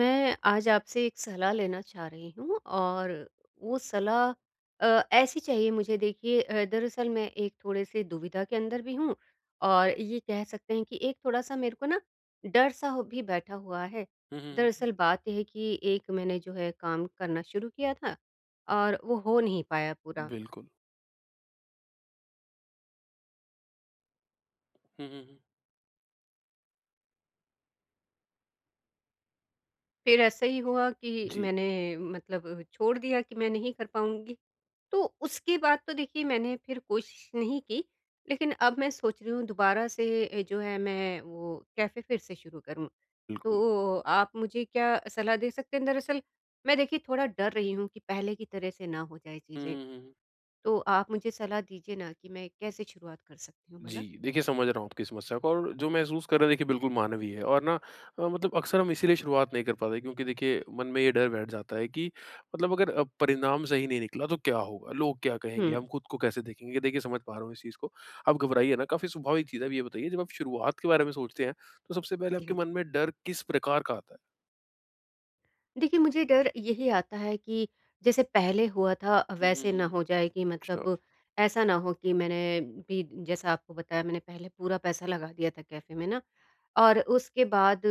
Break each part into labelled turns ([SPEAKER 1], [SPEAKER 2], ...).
[SPEAKER 1] मैं आज आपसे एक सलाह लेना चाह रही हूँ और वो सलाह ऐसी चाहिए मुझे। देखिए दरअसल मैं एक थोड़े से दुविधा के अंदर भी हूँ और ये कह सकते हैं कि एक थोड़ा-सा मेरे को ना डर सा हो भी बैठा हुआ है।
[SPEAKER 2] हुँ, हुँ, हुँ।
[SPEAKER 1] दरअसल बात ये है कि एक मैंने जो है काम करना शुरू किया था और वो हो नहीं पाया पूरा।
[SPEAKER 2] बिल्कुल। हुँ, हुँ, हुँ।
[SPEAKER 1] फिर ऐसा ही हुआ कि
[SPEAKER 2] जी,
[SPEAKER 1] मैंने मतलब छोड़ दिया कि मैं नहीं कर पाऊँगी। तो उसके बाद तो देखिए मैंने फिर कोशिश नहीं की, लेकिन अब मैं सोच रही हूँ दोबारा से जो है मैं वो कैफ़े फिर से शुरू करूँ।
[SPEAKER 2] बिल्कुल।
[SPEAKER 1] तो आप मुझे क्या सलाह दे सकते हैं? दरअसल मैं देखिए थोड़ा डर रही हूँ कि पहले की तरह से ना हो जाए
[SPEAKER 2] हुँ,
[SPEAKER 1] चीज़ें।
[SPEAKER 2] हुँ, हुँ।
[SPEAKER 1] तो आप मुझे सलाह दीजिए ना कि मैं कैसे शुरुआत कर सकती हूँ
[SPEAKER 2] जी,
[SPEAKER 1] भला?
[SPEAKER 2] देखिए समझ रहा हूँ आपकी समस्या को और जो महसूस कर रहे हैं देखिए बिल्कुल मानवीय है और ना मतलब अक्सर हम इसीलिए शुरुआत नहीं कर पाते क्योंकि देखिए मन में ये डर बैठ जाता है कि मतलब अगर परिणाम सही नहीं निकला तो क्या होगा? लोग क्या
[SPEAKER 1] हुँ।
[SPEAKER 2] कहेंगे? हम खुद को कैसे देखेंगे? देखिए समझ पा रहा हूँ इस चीज़ को। आप घबराइए ना काफ़ी स्वाभाविक चीज़ है। अब ये बताइए जब आप शुरुआत के बारे में सोचते हैं तो सबसे पहले आपके
[SPEAKER 1] जी।
[SPEAKER 2] मन में डर किस प्रकार का आता है?
[SPEAKER 1] देखिए, मुझे डर यही आता है कि जैसे पहले हुआ था
[SPEAKER 2] हुँ, हुँ,
[SPEAKER 1] वैसे
[SPEAKER 2] हुँ,
[SPEAKER 1] ना
[SPEAKER 2] हुँ।
[SPEAKER 1] हो जाए कि
[SPEAKER 2] अच्छा।
[SPEAKER 1] मतलब ऐसा ना हो कि मैंने भी, जैसा आपको बताया, मैंने पहले पूरा पैसा लगा दिया था कैफ़े में ना और उसके बाद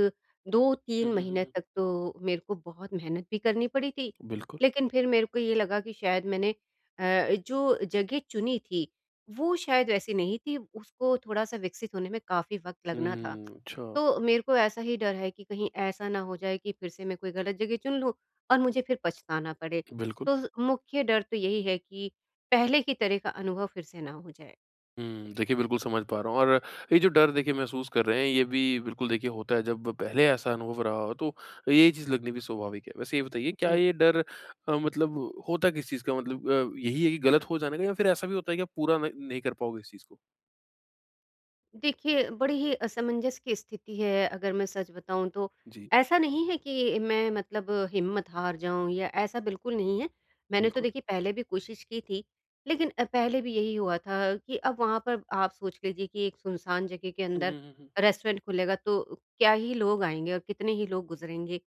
[SPEAKER 2] हुँ,
[SPEAKER 1] 2-3
[SPEAKER 2] हुँ, हुँ,
[SPEAKER 1] महीने
[SPEAKER 2] हुँ।
[SPEAKER 1] तक तो मेरे को बहुत मेहनत भी करनी पड़ी थी।
[SPEAKER 2] बिल्कुल।
[SPEAKER 1] लेकिन फिर मेरे को ये लगा कि शायद मैंने जो जगह चुनी थी, वो शायद वैसी नहीं थी, उसको थोड़ा-सा विकसित होने में काफ़ी वक़्त लगना था।
[SPEAKER 2] हुँ, अच्छा,
[SPEAKER 1] तो मेरे को ऐसा ही डर है कि कहीं ऐसा ना हो जाए कि फिर से मैं कोई गलत जगह चुन लूँ और मुझे फिर पछताना पड़े।
[SPEAKER 2] बिल्कुल।
[SPEAKER 1] तो मुख्य डर तो यही है कि पहले की तरह का अनुभव फिर से ना हो जाए।
[SPEAKER 2] हुँ, देखिए बिल्कुल समझ पा रहा हूँ और ये जो डर देखिए महसूस कर रहे हैं ये भी बिल्कुल देखिए होता है जब पहले ऐसा अनुभव रहा हो तो ये चीज़ लगनी भी स्वाभाविक है। वैसे ये बताइए क्या
[SPEAKER 1] जी।
[SPEAKER 2] ये डर मतलब होता किस चीज़ का मतलब यही है कि गलत हो जाने का या फिर ऐसा भी होता है कि आप पूरा न नहीं कर पाओगे इस चीज़ को?
[SPEAKER 1] देखिए, बड़ी ही असमंजस की स्थिति है अगर मैं सच बताऊँ तो।
[SPEAKER 2] जी।
[SPEAKER 1] ऐसा नहीं है कि मैं मतलब हिम्मत हार जाऊँ या ऐसा बिल्कुल नहीं है। मैंने तो
[SPEAKER 2] बिल्कुल।
[SPEAKER 1] देखिए पहले भी कोशिश की थी, लेकिन पहले भी यही हुआ था कि अब वहाँ पर आप सोच लीजिए कि एक सुनसान जगह के
[SPEAKER 2] हुँ,
[SPEAKER 1] अंदर
[SPEAKER 2] हुँ, हुँ, हुँ।
[SPEAKER 1] रेस्टोरेंट खुलेगा तो क्या ही लोग आएँगे और कितने ही लोग गुज़रेंगे।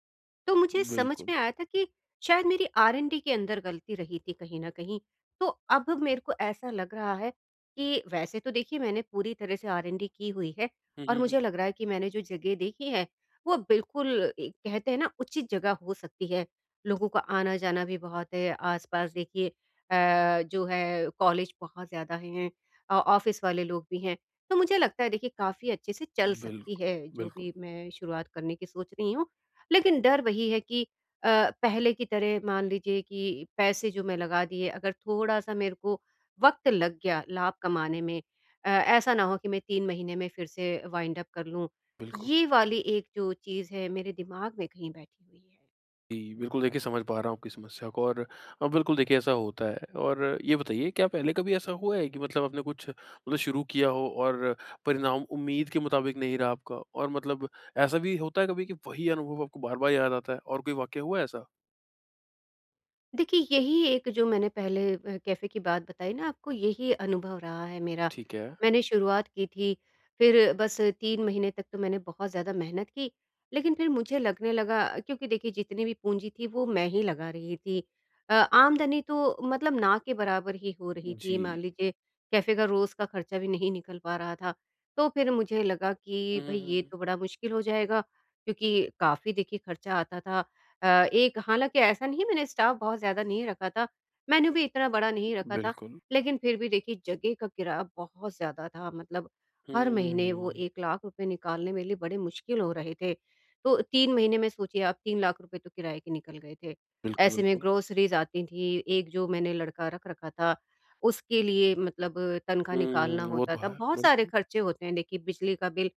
[SPEAKER 1] तो मुझे समझ
[SPEAKER 2] बिल्कुल।
[SPEAKER 1] में आया था कि शायद मेरी आर एंड डी के अंदर गलती रही थी कहीं न कहीं। तो अब मेरे को ऐसा लग रहा है कि वैसे तो देखिए मैंने पूरी तरह से आर&डी की हुई है
[SPEAKER 2] हुँ,
[SPEAKER 1] और
[SPEAKER 2] हुँ, हुँ।
[SPEAKER 1] मुझे लग रहा है कि मैंने जो जगह देखी है, वो बिल्कुल ए कहते हैं ना उचित जगह हो सकती है। लोगों का आना-जाना भी बहुत है, आस-पास देखिए जो है कॉलेज बहुत ज़्यादा हैं, ऑफ़िस वाले लोग भी हैं। तो मुझे लगता है देखिए काफ़ी अच्छे से चल
[SPEAKER 2] बिल्कुल,
[SPEAKER 1] सकती है जो
[SPEAKER 2] बिल्कुल,
[SPEAKER 1] भी मैं शुरुआत करने की सोच रही हूँ। लेकिन डर वही है कि अ, पहले की तरह मान लीजिए कि पैसे जो मैं लगा दिए अगर थोड़ा-सा मेरे को वक़्त लग गया लाभ कमाने में। ऐसा ना हो कि मैं 3 महीने में फिर से वाइंड अप कर लूँ।
[SPEAKER 2] बिल्कुल।
[SPEAKER 1] ये वाली एक जो चीज़ है मेरे दिमाग में कहीं बैठी हुई है।
[SPEAKER 2] जी, बिल्कुल देखिए समझ पा रहा हूँ आपकी समस्या को और बिल्कुल देखिए ऐसा होता है और ये बताइए क्या पहले कभी ऐसा हुआ है कि मतलब आपने कुछ मतलब शुरू किया हो और परिणाम उम्मीद के मुताबिक नहीं रहा आपका और मतलब ऐसा भी होता है कभी कि वही अनुभव आपको बार-बार याद आता है और कोई वाक़या हुआ है ऐसा?
[SPEAKER 1] देखिए, यही एक जो मैंने पहले कैफ़े की बात बताई ना आपको, यही अनुभव रहा है मेरा।
[SPEAKER 2] ठीक है।
[SPEAKER 1] मैंने शुरुआत की थी, फिर बस 3 महीने तक तो मैंने बहुत ज़्यादा मेहनत की, लेकिन फिर मुझे लगने लगा क्योंकि देखिए जितनी भी पूँजी थी, वो मैं ही लगा रही थी। अ, आमदनी तो मतलब ना के बराबर ही हो रही
[SPEAKER 2] जी।
[SPEAKER 1] थी। मान लीजिए कैफ़े का रोज़ का खर्चा भी नहीं निकल पा रहा था। तो फिर मुझे लगा कि
[SPEAKER 2] हुँ, हुँ,
[SPEAKER 1] भई, ये
[SPEAKER 2] हुँ।
[SPEAKER 1] तो बड़ा मुश्किल हो जाएगा क्योंकि काफ़ी देखिए खर्चा आता था। अ, एक हालाँकि ऐसा नहीं है, मैंने स्टाफ बहुत ज़्यादा नहीं रखा था, मेन्यू भी इतना बड़ा नहीं रखा था,
[SPEAKER 2] बिल्कुल।
[SPEAKER 1] लेकिन फिर भी देखिए जगह का किराया बहुत ज़्यादा था, मतलब हर महीने वो
[SPEAKER 2] हुँ।
[SPEAKER 1] 1 लाख रुपए निकालने मेरे लिए बड़े मुश्किल हो रहे थे। तो 3 महीने में सोचिए आप 3 लाख रुपए तो किराए के निकल गए थे।
[SPEAKER 2] बिल्कुल,
[SPEAKER 1] ऐसे में
[SPEAKER 2] बिल्कुल।
[SPEAKER 1] ग्रोसरीज़ आती थी, एक जो मैंने लड़का रख रखा था, उसके लिए मतलब तनख्वाह
[SPEAKER 2] हुँ,
[SPEAKER 1] निकालना
[SPEAKER 2] वो
[SPEAKER 1] होता
[SPEAKER 2] तो
[SPEAKER 1] था,
[SPEAKER 2] है।
[SPEAKER 1] बहुत
[SPEAKER 2] बिल
[SPEAKER 1] सारे खर्चे होते हैं देखिए, बिजली का बिल।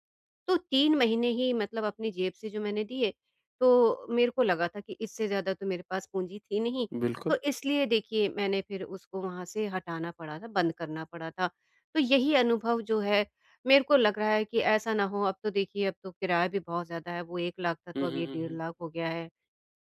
[SPEAKER 1] तो 3 महीने ही मतलब अपनी जेब से जो मैंने दिए, तो मेरे को लगा था कि इससे ज़्यादा तो मेरे पास पूँजी थी नहीं,
[SPEAKER 2] बिल्कुल।
[SPEAKER 1] तो इसलिए देखिए मैंने फिर उसको वहाँ से हटाना पड़ा था, बंद करना पड़ा था। तो यही अनुभव जो है, मेरे को लग रहा है कि ऐसा ना हो। अब तो देखिए अब तो किराया भी बहुत ज़्यादा है, वो 1 लाख था
[SPEAKER 2] हुँ,
[SPEAKER 1] तो अब
[SPEAKER 2] हुँ,
[SPEAKER 1] ये
[SPEAKER 2] हुँ,
[SPEAKER 1] डेढ़
[SPEAKER 2] हुँ।
[SPEAKER 1] लाख हो गया है।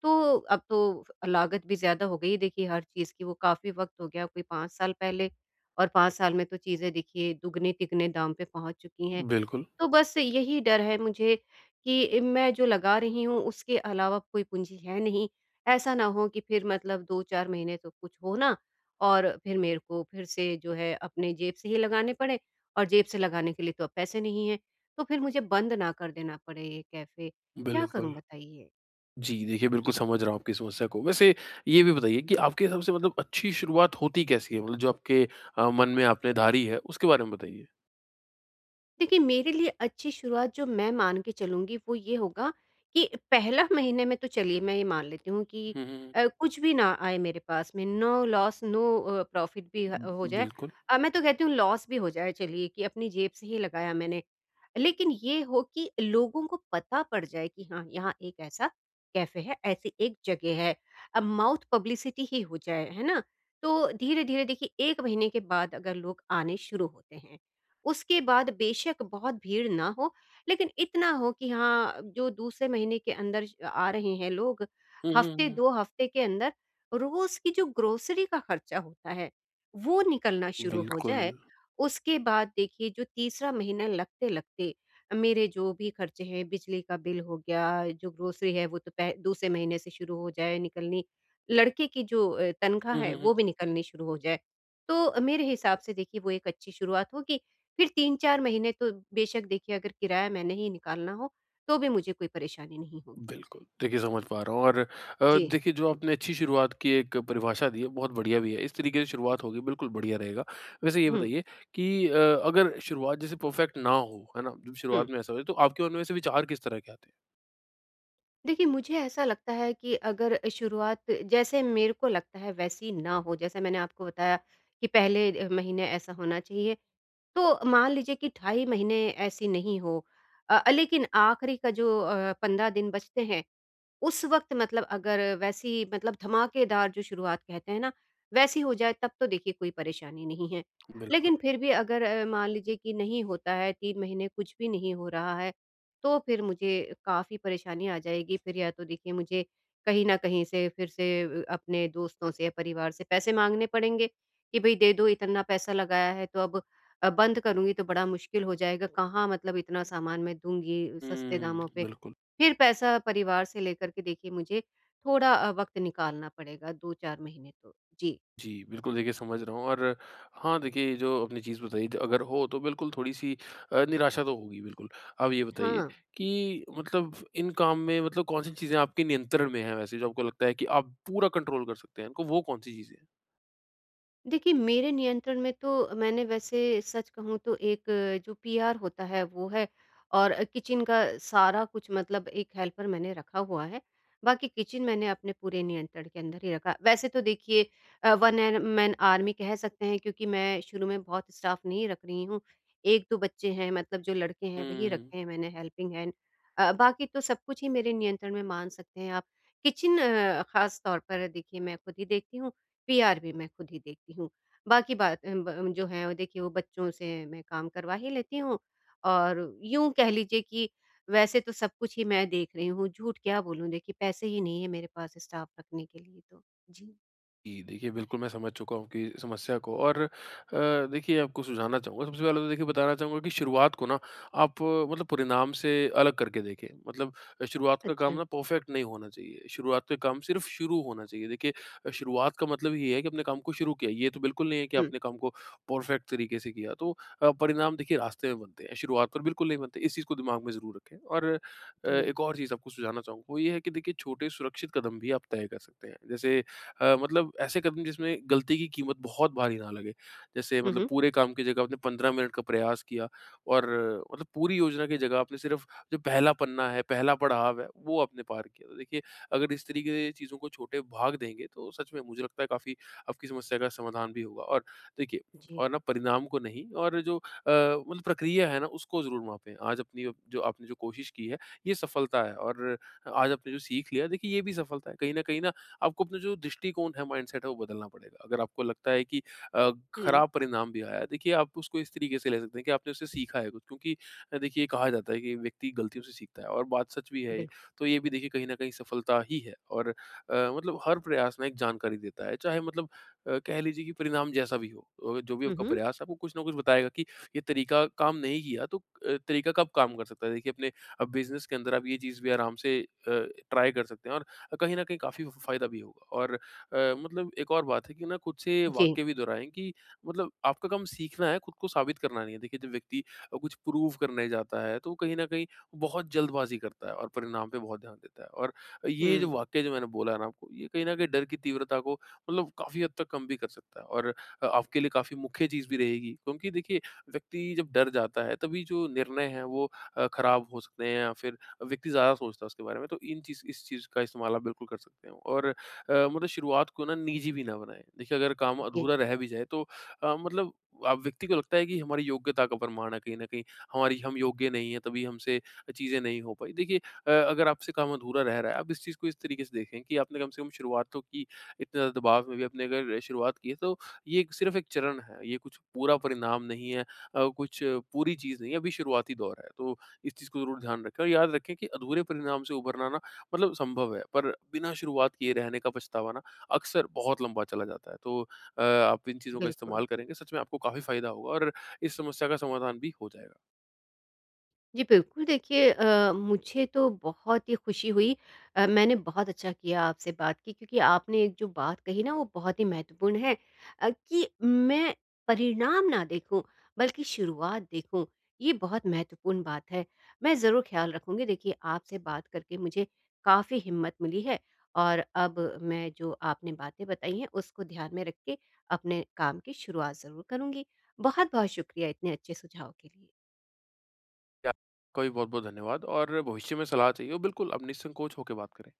[SPEAKER 1] तो अब तो लागत भी ज़्यादा हो गई है देखिए हर चीज़ की, वो काफ़ी वक़्त हो गया, कोई 5 साल पहले, और 5 साल में तो चीज़ें देखिए दुगने-तिगने दाम पे पहुँच चुकी हैं।
[SPEAKER 2] बिल्कुल,
[SPEAKER 1] तो बस यही डर है मुझे कि मैं जो लगा रही हूँ उसके अलावा कोई पूँजी है नहीं। ऐसा ना हो कि फिर मतलब 2-4 महीने तो कुछ हो ना और फिर मेरे को फिर से जो है अपने जेब से ही लगाने पड़े और जेब से लगाने के लिए तो अब पैसे नहीं हैं। तो फिर मुझे बंद ना कर देना पड़े ये कैफ़े। क्या करूँ
[SPEAKER 2] बिल्कुल।
[SPEAKER 1] बताइए?
[SPEAKER 2] जी, देखिए बिल्कुल समझ रहा हूँ आपकी समस्या को। वैसे ये भी बताइए कि आपके हिसाब से मतलब अच्छी शुरुआत होती कैसी है? मतलब जो आपके मन में आपने धारी है उसके बारे में बताइए?
[SPEAKER 1] देखिए, मेरे लिए अच्छी शुरुआत जो मैं मान के चलूँगी वो ये होगा कि पहला महीने में तो चलिए मैं ये मान लेती हूँ कि
[SPEAKER 2] हुँ, हुँ, हुँ।
[SPEAKER 1] कुछ भी ना आए मेरे पास में, नो लॉस नो प्रॉफिट भी ह
[SPEAKER 2] उम,
[SPEAKER 1] हो जाए।
[SPEAKER 2] बिल्कुल।
[SPEAKER 1] मैं तो कहती हूँ लॉस भी हो जाए, चलिए कि अपनी जेब से ही लगाया मैंने। लेकिन ये हो कि लोगों को पता पड़ जाए कि हाँ, यहाँ एक ऐसा कैफ़े है, ऐसी एक जगह है। अब माउथ पब्लिसिटी ही हो जाए, है ना? तो धीरे-धीरे देखिए 1 महीने के बाद अगर लोग आने शुरू होते हैं, उसके बाद बेशक बहुत भीड़ ना हो, लेकिन इतना हो कि हाँ, जो दूसरे महीने के अंदर श आ रहे हैं लोग,
[SPEAKER 2] हुँ, हुँ,
[SPEAKER 1] हफ़्ते
[SPEAKER 2] हुँ।
[SPEAKER 1] 2 हफ़्ते के अंदर रोज़ की जो ग्रोसरी का खर्चा होता है, वो निकलना शुरू हो
[SPEAKER 2] बिल्कुल।
[SPEAKER 1] जाए। उसके बाद देखिए जो तीसरा महीना लगते-लगते मेरे जो भी खर्चे हैं, बिजली का बिल हो गया, जो ग्रोसरी है वो तो पह दूसरे महीने से शुरू हो जाए निकलनी, लड़के की जो तनख़्वाह
[SPEAKER 2] हुँ, हुँ,
[SPEAKER 1] है
[SPEAKER 2] हुँ।
[SPEAKER 1] वो भी निकलनी शुरू हो जाए। तो मेरे हिसाब से देखिए वो एक अच्छी शुरुआत होगी। फिर 3-4 महीने तो बेशक देखिए, अगर किराया मैंने ही निकालना हो, तो भी मुझे कोई परेशानी नहीं होगी।
[SPEAKER 2] बिल्कुल, देखिए समझ पा रहा हूँ और
[SPEAKER 1] जी।
[SPEAKER 2] देखिए जो आपने अच्छी शुरुआत की एक परिभाषा दी है बहुत बढ़िया भी है। इस तरीके से शुरुआत होगी बिल्कुल बढ़िया रहेगा। वैसे ये
[SPEAKER 1] हुँ,
[SPEAKER 2] बताइए कि अगर शुरुआत जैसे परफेक्ट ना हो, है ना? जब
[SPEAKER 1] हुँ।
[SPEAKER 2] शुरुआत में ऐसा हो तो आपके मन में वैसे विचार किस तरह के आते हैं?
[SPEAKER 1] देखिए मुझे ऐसा लगता है कि अगर शुरुआत जैसे मेरे को लगता है वैसी ना हो, जैसे मैंने आपको बताया कि पहले महीने ऐसा होना चाहिए, तो मान लीजिए कि 2.5 महीने ऐसी नहीं हो। लेकिन आखिरी का जो 15 दिन बचते हैं, उस वक़्त मतलब अगर वैसी, मतलब धमाकेदार जो शुरुआत कहते हैं ना, वैसी हो जाए, तब तो देखिए कोई परेशानी नहीं है।
[SPEAKER 2] बिल्कुल।
[SPEAKER 1] लेकिन फिर भी अगर मान लीजिए कि नहीं होता है, 3 महीने कुछ भी नहीं हो रहा है, तो फिर मुझे काफ़ी परेशानी आ जाएगी। फिर या तो देखिए मुझे कहीं न कहीं से फिर से अपने दोस्तों से या परिवार से पैसे माँगने पड़ेंगे कि भई दे दो, इतना पैसा लगाया है तो अब बंद करूँगी तो बड़ा मुश्किल हो जाएगा। कहाँ मतलब इतना सामान मैं दूँगी सस्ते
[SPEAKER 2] हुँ,
[SPEAKER 1] दामों पे।
[SPEAKER 2] बिल्कुल।
[SPEAKER 1] फिर पैसा परिवार से लेकर के देखिए मुझे थोड़ा वक़्त निकालना पड़ेगा 2-4 महीने तो। जी।
[SPEAKER 2] जी, बिल्कुल देखिए समझ रहा हूँ और हाँ, देखिए ये जो आपने चीज़ बताई तो अगर हो तो बिल्कुल थोड़ी-सी निराशा तो होगी बिल्कुल। अब ये बताइए
[SPEAKER 1] हाँ।
[SPEAKER 2] कि मतलब इन काम में मतलब कौन-सी चीज़ें आपके नियंत्रण में हैं वैसे जो आपको लगता है कि आप पूरा कंट्रोल कर सकते हैं इनको, वो कौन-सी चीज़ें हैं?
[SPEAKER 1] देखिए, मेरे नियंत्रण में तो, मैंने वैसे सच कहूँ तो, एक जो पीआर होता है वो है, और किचन का सारा कुछ, मतलब एक हेल्पर मैंने रखा हुआ है। बाकी किचन मैंने अपने पूरे नियंत्रण के अंदर ही रखा। वैसे तो देखिए वन एन मैन आर्मी कह सकते हैं, क्योंकि मैं शुरू में बहुत स्टाफ नहीं रख रही हूँ। 1-2 बच्चे हैं, मतलब जो लड़के हैं वही
[SPEAKER 2] हुँ।
[SPEAKER 1] रखे हैं मैंने हेल्पिंग हैंड। बाकी तो सब कुछ ही मेरे नियंत्रण में मान सकते हैं आप। किचन ख़ास तौर पर देखिए मैं खुद ही देखती हूँ। पीआरबी मैं खुद ही देखती हूँ। बाकी बात ब जो है वो देखिए वो बच्चों से मैं काम करवा ही लेती हूँ और यूँ कह लीजिए कि वैसे तो सब कुछ ही मैं देख रही हूँ, झूठ क्या बोलूँ देखिए पैसे ही नहीं है मेरे पास स्टाफ़ रखने के लिए तो। जी।
[SPEAKER 2] जी, देखिए बिल्कुल मैं समझ चुका हूँ आपकी समस्या को और देखिए आपको सुझाना चाहूँगा। सबसे पहले तो देखिए बताना चाहूँगा कि शुरुआत को ना आप मतलब परिणाम से अलग करके देखें। मतलब शुरुआत का काम
[SPEAKER 1] अच्छा।
[SPEAKER 2] ना परफेक्ट नहीं होना चाहिए। शुरुआत का काम सिर्फ़ शुरू होना चाहिए। देखिए शुरुआत का मतलब ये है कि अपने काम को शुरू किया। ये तो बिल्कुल नहीं है कि
[SPEAKER 1] हुँ,
[SPEAKER 2] आपने काम को परफेक्ट तरीके से किया। तो परिणाम देखिए रास्ते में बनते हैं, शुरुआत पर बिल्कुल नहीं बनते। इस चीज़ को दिमाग में ज़रूर रखें। और
[SPEAKER 1] जी।
[SPEAKER 2] एक और चीज़ आपको सुझाना चाहूँगा वो ये है कि देखिए छोटे सुरक्षित कदम भी आप तय कर सकते हैं। जैसे मतलब ऐसे कदम जिसमें गलती की कीमत बहुत भारी ना लगे। जैसे
[SPEAKER 1] हुँ,
[SPEAKER 2] मतलब
[SPEAKER 1] हुँ।
[SPEAKER 2] पूरे काम की जगह आपने 15 मिनट का प्रयास किया और मतलब पूरी योजना की जगह आपने सिर्फ जो पहला पन्ना है, पहला पड़ाव है, वो आपने पार किया। तो देखिए, अगर इस तरीके से चीज़ों को छोटे भाग देंगे, तो सच में मुझे लगता है काफ़ी आपकी समस्या का समाधान भी होगा। और देखिए
[SPEAKER 1] जी।
[SPEAKER 2] और ना परिणाम को नहीं और जो मतलब प्रक्रिया है ना, उसको ज़रूर मापें। आज अपनी जो आपने जो कोशिश की है, ये सफलता है और आज आपने जो सीख लिया, देखिए ये भी सफलता है। कहीं न कहीं ना आपको अपना जो दृष्टिकोण है, माइंडसेट है, वो बदलना पड़ेगा। अगर आपको लगता है कि
[SPEAKER 1] हुँ।
[SPEAKER 2] खराब परिणाम भी आया, देखिए आप उसको इस तरीके से ले सकते हैं कि आपने उससे सीखा है कुछ क्योंकि देखिए कहा जाता है कि व्यक्ति गलतियों से सीखता है और बात सच भी है ये।
[SPEAKER 1] बिल्कुल।
[SPEAKER 2] तो ये भी देखिए कहीं न कहीं सफलता ही है और मतलब हर प्रयास ना एक जानकारी देता है, चाहे मतलब कह लीजिए कि परिणाम जैसा भी हो। जो भी
[SPEAKER 1] हुँ,
[SPEAKER 2] आपका
[SPEAKER 1] हुँ।
[SPEAKER 2] प्रयास है, आपको कुछ ना कुछ बताएगा कि ये तरीका काम नहीं किया तो तरीका कब काम कर सकता है। देखिए अपने अब बिज़नेस के अंदर आप ये चीज़ भी आराम से ट्राई कर सकते हैं और कहीं न कहीं काफ़ी फ़ायदा भी होगा और मतलब एक और बात है कि ना खुद से
[SPEAKER 1] जी।
[SPEAKER 2] वाक्य भी दोहराएँ कि मतलब आपका काम सीखना है, खुद को साबित करना नहीं है। देखिए जब व्यक्ति कुछ प्रूव करने जाता है तो कहीं न कहीं बहुत जल्दबाज़ी करता है और परिणाम पे बहुत ध्यान देता है और ये जो
[SPEAKER 1] हुँ,
[SPEAKER 2] वाक्य जो मैंने बोला है ना आपको, ये कहीं न कहीं डर की तीव्रता को मतलब काफ़ी हद तक कम भी कर सकता है और आपके लिए काफ़ी मुख्य चीज़ भी रहेगी क्योंकि देखिए व्यक्ति जब डर जाता है तभी जो निर्णय हैं वो ख़राब हो सकते हैं या फिर व्यक्ति ज़्यादा सोचता है उसके बारे में। तो इन चीज़ इस चीज़ का इस्तेमाल आप बिल्कुल कर सकते हो और मतलब शुरुआत को ना निजी भी ना बनाएँ। देखिए अगर काम
[SPEAKER 1] जी,
[SPEAKER 2] अधूरा रह भी जाए तो मतलब अब व्यक्ति को लगता है कि हमारी योग्यता का प्रमाण है कहीं न कहीं, हमारी हम योग्य नहीं हैं तभी हमसे चीज़ें नहीं हो पाई। देखिए अगर आपसे काम अधूरा रह रहा है, आप इस चीज़ को इस तरीके से देखें कि आपने कम से कम शुरुआत तो की, इतने ज़्यादा दबाव में भी आपने अगर शुरुआत की है तो ये सिर्फ़ एक चरण है, ये कुछ पूरा परिणाम नहीं है कुछ पूरी चीज़ नहीं है, अभी शुरुआती दौर है। तो इस चीज़ को ज़रूर ध्यान रखें और याद रखें कि अधूरे परिणाम से उभरना ना मतलब संभव है, पर बिना शुरुआत किए रहने का पछतावा ना अक्सर बहुत लंबा चला जाता है। तो आप इन चीज़ों का
[SPEAKER 1] बिल्कुल।
[SPEAKER 2] इस्तेमाल करेंगे, सच में आपको काफ़ी फ़ायदा होगा और इस समस्या का समाधान भी हो जाएगा।
[SPEAKER 1] जी, बिल्कुल। देखिए मुझे तो बहुत ही खुशी हुई, मैंने बहुत अच्छा किया आपसे बात की, क्योंकि आपने एक जो बात कही ना वो बहुत ही महत्वपूर्ण है, कि मैं परिणाम ना देखूँ बल्कि शुरुआत देखूँ, ये बहुत महत्वपूर्ण बात है। मैं ज़रूर ख़्याल रखूँगी। देखिए आपसे बात करके मुझे काफ़ी हिम्मत मिली है और अब मैं जो आपने बातें बताई हैं उसको ध्यान में रख के अपने काम की शुरुआत ज़रूर करूँगी। बहुत-बहुत शुक्रिया इतने अच्छे सुझाव के लिए।
[SPEAKER 2] या आपका भी बहुत-बहुत धन्यवाद और भविष्य में सलाह चाहिए हो, बिल्कुल आप निसंकोच होके बात करें।